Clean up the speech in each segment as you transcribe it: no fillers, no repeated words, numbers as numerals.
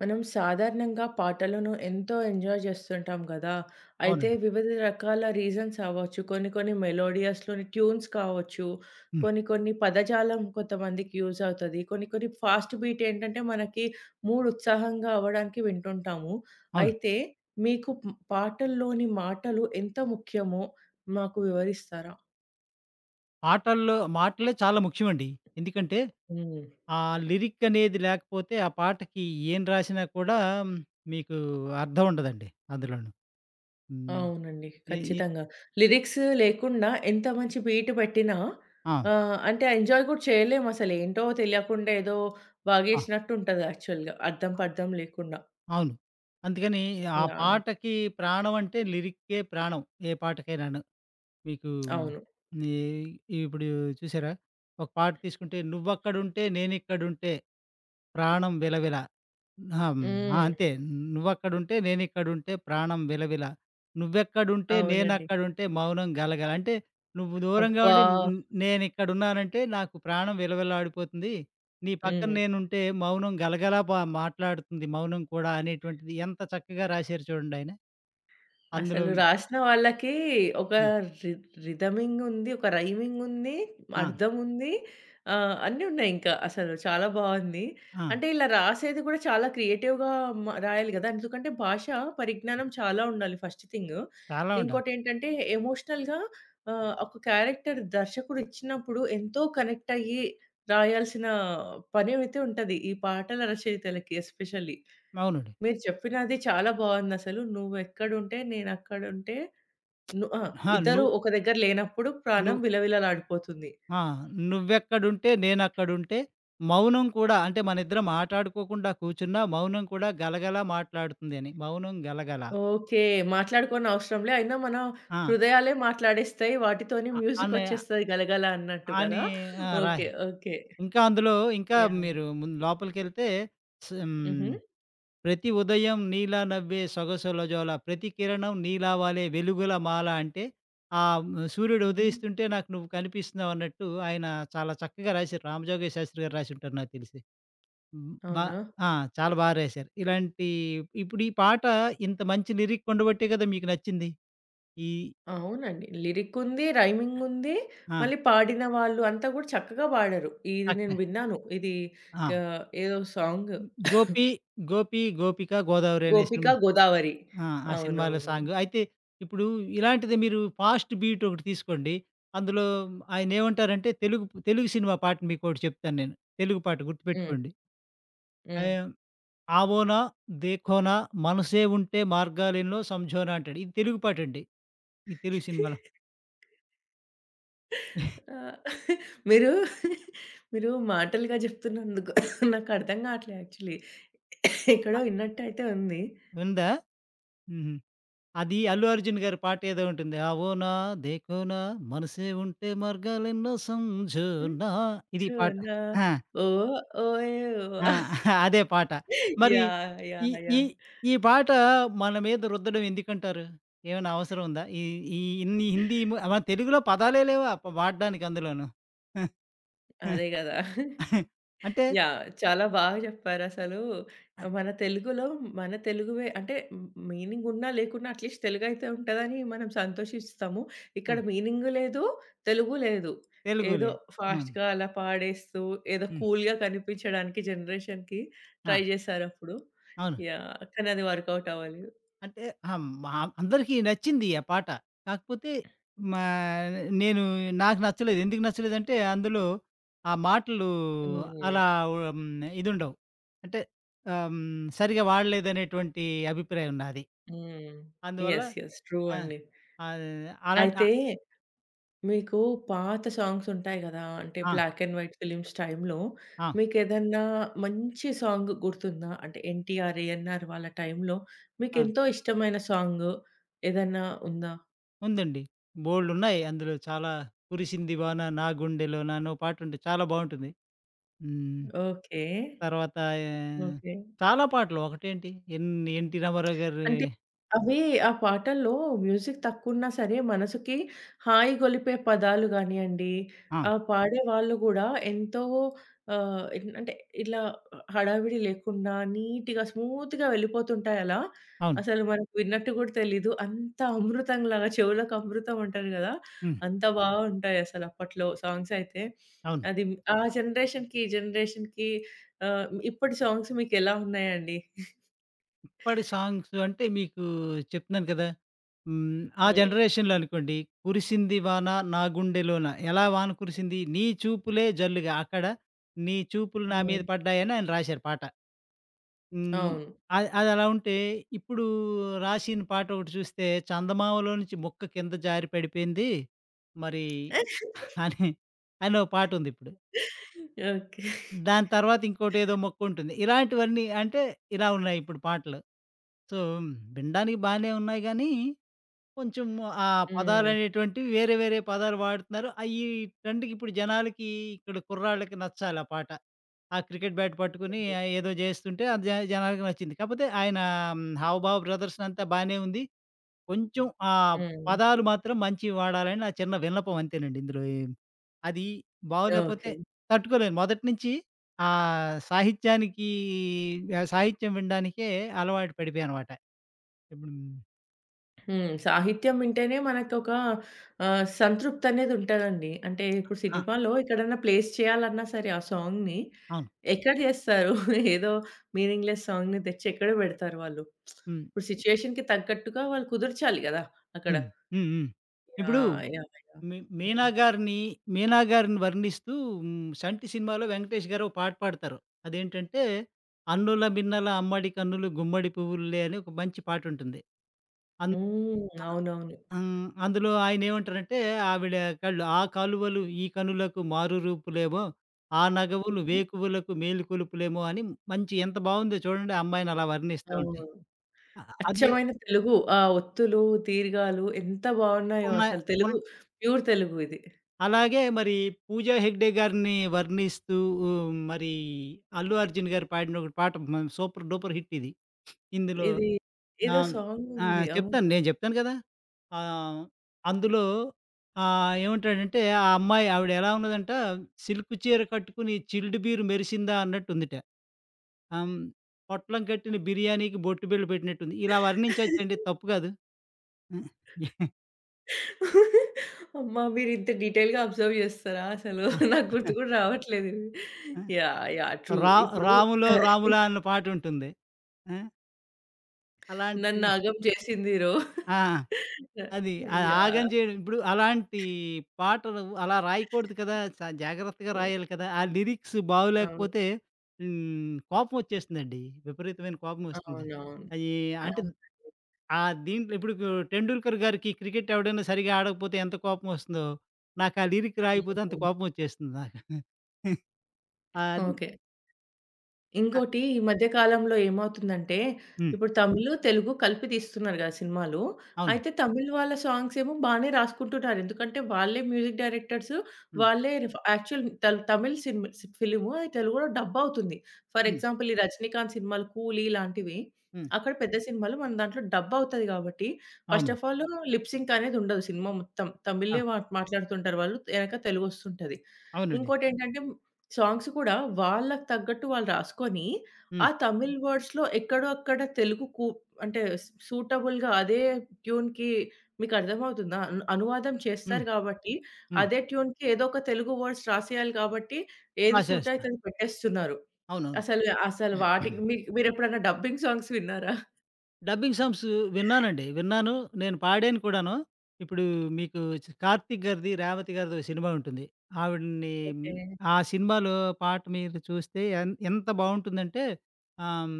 మనం సాధారణంగా పాటలను ఎంతో ఎంజాయ్ చేస్తుంటాం కదా! అయితే అవునండి. వివిధ రకాల రీజన్స్ అవ్వచ్చు. కొన్ని కొన్ని మెలోడియస్‌లోని ట్యూన్స్ కావచ్చు. హ్మ్. కొన్ని కొన్ని పదజాలం కొంతమందికి యూజ్ అవుతది. కొన్ని కొన్ని ఫాస్ట్ బీట్ ఏంటంటే మనకి మూడ్ ఉత్సాహంగా అవ్వడానికి వింటుంటాము. అవును. అయితే మీకు పాటల్లోని మాటలు ఎంత ముఖ్యమో మాకు వివరిస్తారా? పాటల్లో మాటలే చాలా ముఖ్యమండి. ఎందుకంటే, హ్మ్. ఆ లిరిక్ అనేది లేకపోతే ఆ పాటకి ఏం రాసినా కూడా మ్, మీకు అర్థం ఉండదండి అందులోను. హ్మ్. అవునండి. ఈ ఈ ఖచ్చితంగా. లిరిక్స్ లేకుండా ఎంత మంచి బీట్ పెట్టినా ఆ! అంటే ఎంజాయ్ గూడా చేయలేమసలు. ఏంటో తెలియకుండా ఏదో ఆ! వాగేసినట్టు ఉంటది యాక్చువల్‌గా. అర్థం పర్థం లేకుండా. అవును. అందుకని ఆ యాహ్! పాటకి ప్రాణం అంటే లిరిక్కే ప్రాణం ఏ పాటకైనాను. మీకు అవును. ఈ ఇప్పుడు చూసారా? ఒక పాట తీసుకుంటే 'నువ్వక్కడుంటే నేనిక్కడుంటే ప్రాణం విలవిల.' ఆ! హ్మ్. ఆ! హ్మ్. అంతే. నువ్వక్కడుంటే నేనిక్కడుంటే ప్రాణం విలవిల. నువ్వెక్కడుంటే అవునండి. నేనక్కడుంటే మౌనం గలగల. అంటే నువ్వు దూరంగా అబ్బా! ఉండి న్ నేనిక్కడున్నానంటే నాకు ప్రాణం విలవిల్లాడిపోతుంది. నీ పక్కన హ్మ్. నేనుంటే మౌనం గలగల బా మాట్లాడుతుంది మౌనం కూడా అనేటువంటిది ఎంత చక్కగా రాశారు చూడండాయన. అందులో అసలు రాసిన వాళ్ళకి ఒక హ్మ్. రి రిథమింగ్ ఉంది. ఒక రైమింగ్ ఉంది. ఆ! అర్థం ఉంది. అన్నీ ఉన్నాయి ఇంకా. అసలు చాలా బావుంది. ఆ! అంటే ఇలా రాసేది కూడా చాలా క్రియేటివ్‌గా రాయాలి గదా! ఎందుకంటే భాష పరిజ్ఞానం చాలా ఉండాలి ఫస్ట్ థింగ్. చాలా ఉండాలి. ఇంకోటేంటంటే ఎమోషనల్‌గా ఒక క్యారెక్టర్ దర్శకుడు ఇచ్చినప్పుడు ఎంతో కనెక్ట్ అయ్యి రాయాల్సిన పనేమైతే ఉంటది. ఈ పాటల రచయితలకి ఎస్పెషల్లీ. మౌనుడు. మీరు చెప్పినది చాలా బావుందసలు. నువ్వెక్కడుంటే నేనక్కడుంటే ను ఆ! ఆ! ను ఇద్దరు ఒక దగ్గర లేనప్పుడు ను ప్రాణం విలవిలలాడిపోతుంది. ఆ! నువ్వెక్కడుంటే నేనక్కడుంటే మౌనం కూడా అంటే మనిద్దరం మాటాడుకోకుండా కూర్చున్నా మౌనం కూడా గలగల మాట్లాడుతుంది అని. మౌనం గలగల. ఓకే. మాట్లాడుకోనవసరం లే. అయినా మన ఆ! హృదయాలే మాట్లాడేస్తాయి. వాటితోని అ అనే మ్యూజికొచ్చేస్తది గలగల అన్నట్టు గదా! అని ఆ! రా ఓకే. ఓకే. ఇంకా అందులో ఇంకా యాహ్! మీరు ముందు లోపలికెళ్తే స్ హ్మ్. హుహు. ప్రతి ఉదయం నీలా నవ్వే సొగసుల జోల ప్రతి కిరణం నీలా వాలే వెలుగుల మాల అంటే ఆహ్, హ్మ్. సూర్యుడు హుహు. ఉదయిస్తుంటే నాకు నువ్వు కనిపిస్తున్నావన్నట్టు ఆయన చాలా చక్కగా రాశారు. రామజోగయ్య శాస్త్రి గారు రాసుంటారు నాకు తెలిసి. హ్మ్. బా అవునా? ఆ! చాలా బా రాశారు. ఇలాంటి ఇప్పుడు ఈ పాట ఇంత మంచి లిరిక్ ఉండబట్టే కదా మీకు నచ్చింది. ఈ అవునండి. లిరికుంది, రైమింగుంది. ఆ! మళ్ళీ పాడిన వాళ్ళు అంతా గూడా చక్కగా పాడారు. ఇది నేను చక్కని విన్నాను. ఇది ఆ! గా ఏదో సాంగ్ 'గోపి గోపి గోపిక గోదావరి' అనే గోపిక, సినిమా గోదావరి. ఆ! ఆ సినిమాలో అవునవును. సాంగ్. అయితే ఇప్పుడు ఇలాంటిదే మీరు ఫాస్ట్ బీట్ ఒకటి తీసుకోండి. అందులో ఆయన ఏమంటారంటే తెలుగు తెలుగు సినిమా పాట మీకోటి చెప్తాను నేను. తెలుగు పాట హ్మ్. గుర్తుపెట్టుకోండి. హ్మ్. ఆహ్, 'ఆవోనా దేఖోనా మనసే ఉంటే మార్గాలెన్నో సమఝోనా' అంటాడు. ఇది తెలుగు పాటండి. ఈ తెలుగు సినిమాలో. ఆ! మీరు మీరు మాటలుగా జెప్తున్నందుకు నాకు అర్థం గావట్లే యాక్చువల్లీ. ఎక్కడో ఇన్నట్టయితే ఉంది. ఉందా? హుహు. అది 'అల్లు అర్జున్' గారి పాటేదో ఉంటుంది. ఆవోనా దేఖోనా మనసే ఉంటే మార్గాలెన్నో హ్మ్. సంజోనా ఇది పాట. చూనా ఆ! ఓ ఓయ్ ఓ. ఆ! అదే పాట. మరి యాహ్! ఈ యాహ్! ఈ యాహ్! ఈ పాట మన మీద రుద్దడం ఎందుకంటారు? ఏమైనా అవసరం ఉందా? ఈ ఈ ఇన్ని హిందీ ము మన తెలుగులో పదాలే లేవా పాడడానికి అందులోను. అదే గదా! అంటే యాహ్! చాలా బాగా చెప్పారసలు. ఆహ్, మన తెలుగులో మన తెలుగువే అంటే మీనింగ్ ఉన్నా లేకున్నా అట్‌లీస్ట్ తెలుగైతే ఉంటదని మనం సంతోషిస్తాము. ఆ! ఇక్కడ మీనింగ్ లేదు, తెలుగు లేదు. తెలుగు ఏదో లేదు. అవును. ఫాస్ట్‌గా అలా పాడేస్తూ ఏదో హ్మ్. కూల్‌గా కనిపించడానికి జనరేషన్‌కి ఆ! ట్రై చేశారప్పుడు. అవును. యాహ్! కానీ అది వర్కౌట్ అవ్వలేదు. అంటే అహా! మా అందరికీ నచ్చింది ఆ పాట. కాకపోతే మా నేను నాకు నచ్చలేదు. ఎందుకు నచ్చలేదంటే అందులో ఆ మాటలు హ్మ్. అలా హ్మ్. ఇదుండవు. అంటే ఆహ్, హ్మ్. సరిగ్గా వాడలేదనేటువంటి అభిప్రాయం నాది. హ్మ్. అందువల్ల యెస్. యెస్. ట్రూ ఆ! అండి. ఆహ్, అలాంటి ఆ! అయితే మీకు పాత సాంగ్స్ ఉంటాయి గదా! అంటే ఆ! బ్లాక్ అండ్ వైట్ ఫిల్మ్స్ టైమ్‌లో ఆ! మీకేదన్నా మంచి సాంగ్ గుర్తుందా? అంటే ఎన్టీఆర్, ఏఎన్నార్ వాళ్ళ టైమ్‌లో ఆ! మీకెంతో ఇష్టమైన సాంగ్ ఏదన్నా ఉందా? ఉందండి. బోలెడున్నాయి అందులో చాలా కురిసింది వాన నా గుండెలోన అనో పాటుంది. చాలా బావుంటుంది. హ్మ్. ఓకే. తర్వాత ఏ ఓకే. చాలా పాటలు ఒకటేంటి ఎన్ 'ఎన్టీ రామారావు' గారి అంటే అవి ఆ పాటల్లో మ్యూజిక్ తక్కువున్నా సరే, మనసుకి హాయి గొలిపే పదాలు గానియండి, ఆ! ఆ పాడే వాళ్ళు గూడా ఎంతో ఆహ్, ఎన్ అంటే ఇట్లా హడావిడి లేకుండా నీట్‌గా, స్మూత్‌గా వెళ్ళిపోతుంటాయి అలా. అవును. అసలు మనకు విన్నట్టు గూడా తెలీదు. అంత అమృతంలాగా చెవులకు అమృతం అంటారు గదా! హ్మ్. అంత బావుంటాయి అసలు అప్పట్లో సాంగ్స్ అయితే. అవును. అది ఆ జనరేషన్‌కి, ఈ జనరేషన్‌కి ఇప్పటి సాంగ్స్ మీకెలా ఉన్నాయండి? ఇప్పటి సాంగ్స్ అంటే మీకు చెప్తున్నాను కదా! హ్మ్. ఆ హ్మ్. జనరేషన్‌లో అనుకోండి 'కురిసింది వాన నా గుండెలోన ఎలా వాన కురిసింది నీ చూపులే జల్లుగా' అక్కడ 'నీ చూపులు నా మీద హ్మ్. పడ్డాయని' ఆయన రాశారు పాట. హ్మ్. అవును. అది అది అలా ఉంటే ఇప్పుడు రాసిన పాట ఒకటి చూస్తే 'చందమామలో నుంచి ముక్క కింద జారి పడిపోయింది' మరి అని అని ఓ పాటుంది ఇప్పుడు. ఓకే. దాని తర్వాత ఇంకోటేదో మొక్కుంటుంది. ఇలాంటివన్నీ అంటే ఇలా ఉన్నాయి ఇప్పుడు పాటలు. సో, వినడానికి బానే ఉన్నాయి గానీ, కొంచెం ఆ హ్మ్. పదాలనేటువంటివి వేరే వేరే పదాలు వాడుతున్నారు. అయి ఈ ట్రెండ్‌కి ఇప్పుడు జనాలకి ఇక్కడ కుర్రాళ్ళకి నచ్చాలి ఆ పాట. ఆ క్రికెట్ బ్యాట్ పట్టుకొని హ్మ్. ఏదో జేస్తుంటే అది జ జనాలకి నచ్చింది. కాపోతే ఆయన హావభావ ప్రదర్శన అంతా బానే ఉంది. కొంచెం ఆ హ్మ్. పదాలు మాత్రం మంచివి వాడాలని నా చిన్న విన్నపం అంతేనండి ఇందులో ఏం. అది బాగోలేకపోతే ఓకే. తట్టుకోలేను. మొదటి నుంచి ఆ సాహిత్యానికి ఆ సాహిత్యం వినడానికే అలవాటు పడిపోయానమాట. ఇప్పుడు హ్మ్. సాహిత్యం వింటేనే మనకొక సంతృప్తనేది ఉంటదండి. అంటే ఇప్పుడు ఆ! సినిమాలో ఎక్కడన్నా ప్లేస్ చేయాలన్నా సరే ఆ సాంగ్‌ని అవును. ఎక్కడ చేస్తారు? ఏదో మీనింగ్‌లెస్ సాంగ్‌ని తెచ్చి ఎక్కడ పెడతారు వాళ్ళు? హ్మ్. ఇప్పుడు సిట్యుయేషన్‌కి తగ్గట్టుగా వాళ్ళు కుదర్చాలి గదా! అక్కడ. హ్మ్. హ్మ్. హ్మ్. ఇప్పుడు యాహ్! యాహ్! యాహ్! మీ 'మీనా' హ్మ్. గారిని 'మీనా' గారిని వర్ణిస్తూ హ్మ్, 'సంటి' సినిమాలో వెంకటేష్ గారు ఒక పాట పాడతారు. అదేంటంటే, 'అన్నుల మిన్నల అమ్మడి కన్నులు గుమ్మడి పువ్వులులే' అని ఒక మంచి పాటుంటుంది. అన్ హ్మ్. అవునవును. హ్మ్. అందులో ఆయనేమంటారంటే, ఆవిడ కళ్ళు "ఆ కాలువలు ఈ కనులకు మారు రూపులేమో, ఆ నగవులు హ్మ్. వేకువలకు మేలుకొలుపులేమో" అని మంచి ఎంత బావుందో చూడండి ఆ అమ్మాయిని అలా వర్ణిస్తా ఉంటే. అవును. అ అది అచ్చమైన తెలుగు. ఆ ఒత్తులు, దీర్ఘాలు ఎంత బావున్నాయో ఉన్న అసలు. ఉన్ ప్యూర్ తెలుగు ఇది. అలాగే మరి 'పూజా హెగ్డే' గారిని వర్ణిస్తూ ఉ, మరి 'అల్లు అర్జున్' గారు పాడిన ఒక పాట మ సూపర్ డూపర్ హిట్ ఇది. ఇందులో ఇది ఆ! ఏదో సాంగ్ ఆ! ఉంది. అవును. చెప్తాను. నేను జెప్తాను గదా! ఆహ్, అందులో ఆహ్, ఏమంటాడంటే, ఆ అమ్మాయి ఆవిడ ఎలా ఉన్నదంట, సిల్క్ చీర కట్టుకుని చిల్డ్ బీరు మెరిసిందా అన్నట్టుందిట. ఆహ్, హ్మ్. పొట్లం కట్టిన బిర్యానీకి బొట్టు బిళ్ళ పెట్టినట్టుంది. ఇలా వర్ణించొచ్చండి. తప్పు కాదు. హ్మ్. అమ్మా! మీరింత డీటెయిల్‌గా అబ్జర్వ్ చేస్తారా అసలు? ఆ! నాకు గుర్తు కూడా రావట్లేదు ఇవి. యాహ్! యాహ్! ట్రూ. రా ఇప్పుడు 'రాములో రాములా' అన్న పాటుంటుంది. ఆ! నన్ను అలాంటివి ఆగం చేసింది రో. ఆ! అది. ఆ ఆగం యాహ్! చేయడం ఇప్పుడు అలాంటి పాటలు అలా రాయకూడదు కదా! చ జాగ్రత్తగా రాయాలి కదా! ఆ లిరిక్స్ అవును. బాగోలేకపోతే హ్మ్. కోపం వచ్చేస్తుందండి. విపరీతమైన కోపం వస్తుంది. అవునవును. అయి అంటే అవును. ఆ దీంట్లో ఇప్పుడు కు- టెండూల్కర్ గారికి క్రికెట్ ఎవడైనా సరిగ్గా ఆడకపోతే ఎంత కోపం వస్తుందో, నాకు ఆ లిరిక్ రాయకపోతే అంత హ్మ్. కోపం వచ్చేస్తుంది నాకు. ఆహ్, ఓకే. అ ఇంకోటి ఈ మధ్య కాలంలో ఏమవుతుందంటే, హ్మ్. ఇప్పుడు తమిళ్, తెలుగు కలిపి తీస్తున్నారు గదా! సినిమాలు. అవును. అయితే తమిళ్ వాళ్ళ సాంగ్స్ ఏమో బానే రాసుకుంటున్నారు. ఎందుకంటే, వాళ్ళే మ్యూజిక్ డైరెక్టర్స్, హ్మ్. వాళ్ళే రిఫ్ యాక్చువల్ తల్ తమిళ్ సినిమా ఫిల్ము తెలుగులో డబ్ అవుతుంది. For hmm. ఎగ్జాంపుల్ ఈ రజనీకాంత్ సినిమాలు 'కూలీ' లాంటివి, హ్మ్. అక్కడ పెద్ద సినిమాలు మన దాంట్లో డబ్ అవుతది గాబట్టి, ఫస్ట్ అవును. ఆఫ్ ఆల్ లిప్ సింక్ అనేది ఉండదు సినిమా మొత్తం. ఆ! తమిళే మాట్లాడుతుంటారు వాళ్ళు. ఎనక తెలుగొస్తుంటది. అవునండి. ఇంకోటేంటంటే సాంగ్స్ కూడా వాళ్ళకి తగ్గట్టు వాళ్ళు రాసుకొని, హ్మ్. ఆ తమిళ్ వర్డ్స్‌లో ఎక్కడో అక్కడ తెలుగు కు అంటే సూటబుల్‌గా అదే ట్యూన్‌కి మీకర్థమవుతుందా? అనువాదం హ్మ్. చేస్తారు కాబట్టి, హ్మ్. అదే ట్యూన్‌కి ఏదో ఒక తెలుగు వర్డ్స్ రాసేయాలి కాబట్టి, ఏది సూట్ రాసేస్తా. అయితే అది పెట్టేస్తున్నారు. అవునవును. అసలు వాటికి మీరెప్పుడైనా డబ్బింగ్ సాంగ్స్ విన్నారా? డబ్బింగ్ సాంగ్స్ విన్నానండి. విన్నాను. నేను పాడాను కూడాను. ఇప్పుడు మీకు చి 'కార్తీక్' గారిది, 'రేవతి' గారిది ఓ సినిమా ఉంటుంది. ఆవిడని ఓకే. ఆ సినిమాలో పాట మీరు చూస్తే ఎన్ ఎంత బావుంటుందంటే ఆహ్, హ్మ్,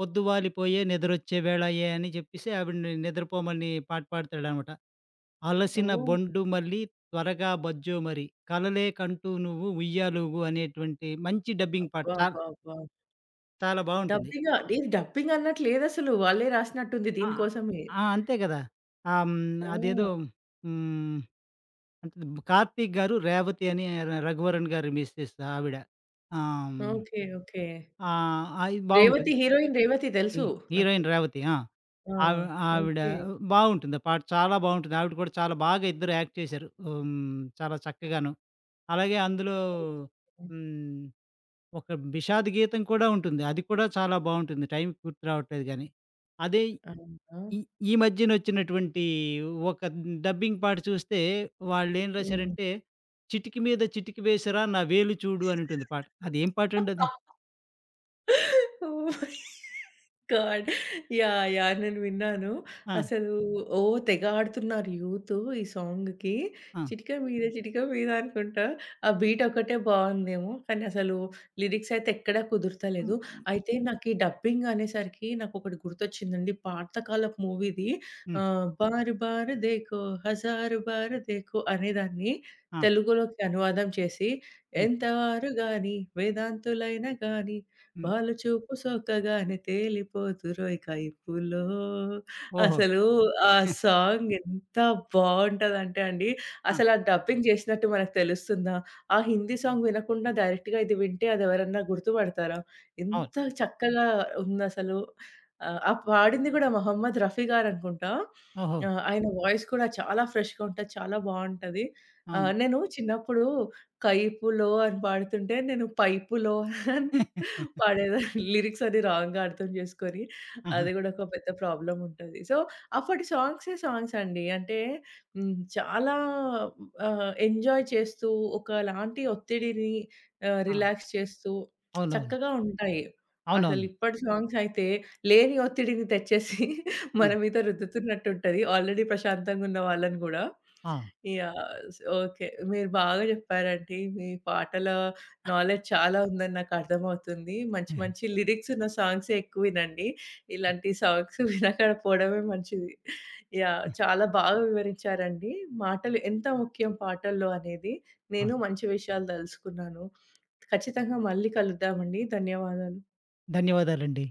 పొద్దువాలిపోయే నిద్రొచ్చే వేళాయె అని చెప్పేసి ఆవిడని నిద్రపోమని పాట పాడతాడనమాట. అలసిన ఓహ్! బొండు మల్లి త్వరగా బజ్జో మరి కలలే కంటూ నువ్వు ఉయ్యాలూగు అనేటువంటి మంచి డబ్బింగ్ పాట. అబ్బా! చాలా అబ్బా! అబ్బా! చాలా బావుంటుంది. డబ్బింగా? ఇది డబ్బింగ్ అన్నట్టు లేదసలు. వాళ్ళే రాసినట్టుంది ఆ! దీనికోసమే. ఆ! అంతే గదా! ఆహ్, హ్మ్. ఆ! అదేదో హ్మ్. అంటే కార్తీక్ గారు, రేవతి అని ర రఘువరన్ గారి మిసెస్ ఆవిడ. ఆహ్, హ్మ్. ఓకే. ఓకే. ఆహ్, అది బావుంటుంది. 'రేవతి' హీరోయిన్ 'రేవతి' హి తెలుసు నాకు. హీరోయిన్ రేవతి. ఆ! ఆ! ఆవి ఆవిడ ఓకే. బావుంటుంది. ఆ పాట చాలా బావుంటుంది. ఆవిడ కూడా చాలా బాగా ఇద్దరు యాక్ట్ చేశారు. హ్మ్. చాలా చక్కగాను. అలాగే అందులో ఓకే. హ్మ్. ఒక విషాద గీతం కూడా ఉంటుంది. అది కూడా చాలా బావుంటుంది. టైంకి గుర్తు రావట్లేదు గానీ. అదే అవునా! ఈ ఈ మధ్యనొచ్చినటువంటి ఒక డబ్బింగ్ పాట చూస్తే వాళ్ళేం హ్మ్. రాశారంటే, 'చిటికి మీద చిటికి వేసిరా నా వేలు చూడు' అని ఉంటుంది పాట. అదేం పాటండది? Oh my god! Yeah! Yeah! నేను విన్నాను. ఆ! అసలు ఓ తెగ ఆడుతున్నారు యూత్ ఈ సాంగ్‌కి. ఆ! 'చిటిక మీద చిటిక మీద' అనుకుంటా. ఆ బీట్ ఒకటే బావుందేమో. కానీ అసలు లిరిక్స్ అయితే ఎక్కడా కుదురుతలేదు. హ్మ్. అయితే నాకు ఈ డబ్బింగ్ అనేసరికి నాకొకటి గుర్తొచ్చిందండి. పాత కాలపు మూవీది హ్మ్. 'బార్ బార్ దేఖో హజారు బార్ దేఖో' అనేదాన్ని ఆ! తెలుగులోకి అనువాదం చేసి, హ్మ్. ఎంతవారు గాని వేదాంతులైన గాని హ్మ్. వాళ్ళు చూపు సోకగానే తేలిపోతురోయ్ కైపులో. ఓహో! అసలు ఆ హ్మ్. సాంగ్ ఎంత బావుంటదంటే అండి, ఆ! అసలు ఆ డబ్బింగ్ జేసినట్టు మనకు తెలుస్తుందా? ఆ హిందీ సాంగ్ వినకుండా డైరెక్ట్‌గా ఇది వింటే అదెవరన్నా గుర్తుపడతారా? అవును. ఎంత చక్కగా ఉందసలు. ఆ పాడింది గూడా మొహమ్మద్ రఫీ గారనుకుంటా. ఓహో! ఆయన వాయిస్ కూడా చాలా ఫ్రెష్‌గా ఉంటది. చాలా బావుంటది. అవును. నేను చిన్నప్పుడు కైపులో అని పాడుతుంటే నేను పైపులో పాడేదాన్ని. లిరిక్స్ అన్ని రాంగ్‌గా అర్థం చేసుకొని, ఆహా! అది గూడా ఒక పెద్ద ప్రాబ్లమ్ ఉంటది. సో, అప్పటి సాంగ్సే సాంగ్స్ అండి. అంటే హ్మ్, చాలా ఎంజాయ్ చేస్తూ, ఒకలాంటి ఒత్తిడిని ఆ! రిలాక్స్ చేస్తూ అవునవును. చక్కగా ఉంటాయి. అవునవును. అసలిప్పటి సాంగ్స్ అయితే లేని ఒత్తిడిని తెచ్చేసి ఆ! మన మీద రుద్దుతున్నట్టుంటది. ఆల్రెడీ ప్రశాంతంగా ఉన్న వాళ్ళని గూడా. ఆ! యాహ్! ఓకే. మీరు బాగా చెప్పారండి. మీ పాటల నాలెడ్జ్ చాలా ఉందని నాకర్థమవుతుంది. మంచి మంచి లిరిక్స్ ఉన్న సాంగ్సే ఎక్కువ వినండి. ఇలాంటి సాంగ్స్ వినకపోవడమే మంచిది. యాహ్! చాలా బాగా వివరించారండి. మాటలు ఎంత ముఖ్యం పాటల్లో అనేది. నేను అవును. మంచి విషయాలు దెలుసుకున్నాను. ఖచ్చితంగా మళ్ళీ కలుద్దామండి. ధన్యవాదాలు. ధన్యవాదాలండి.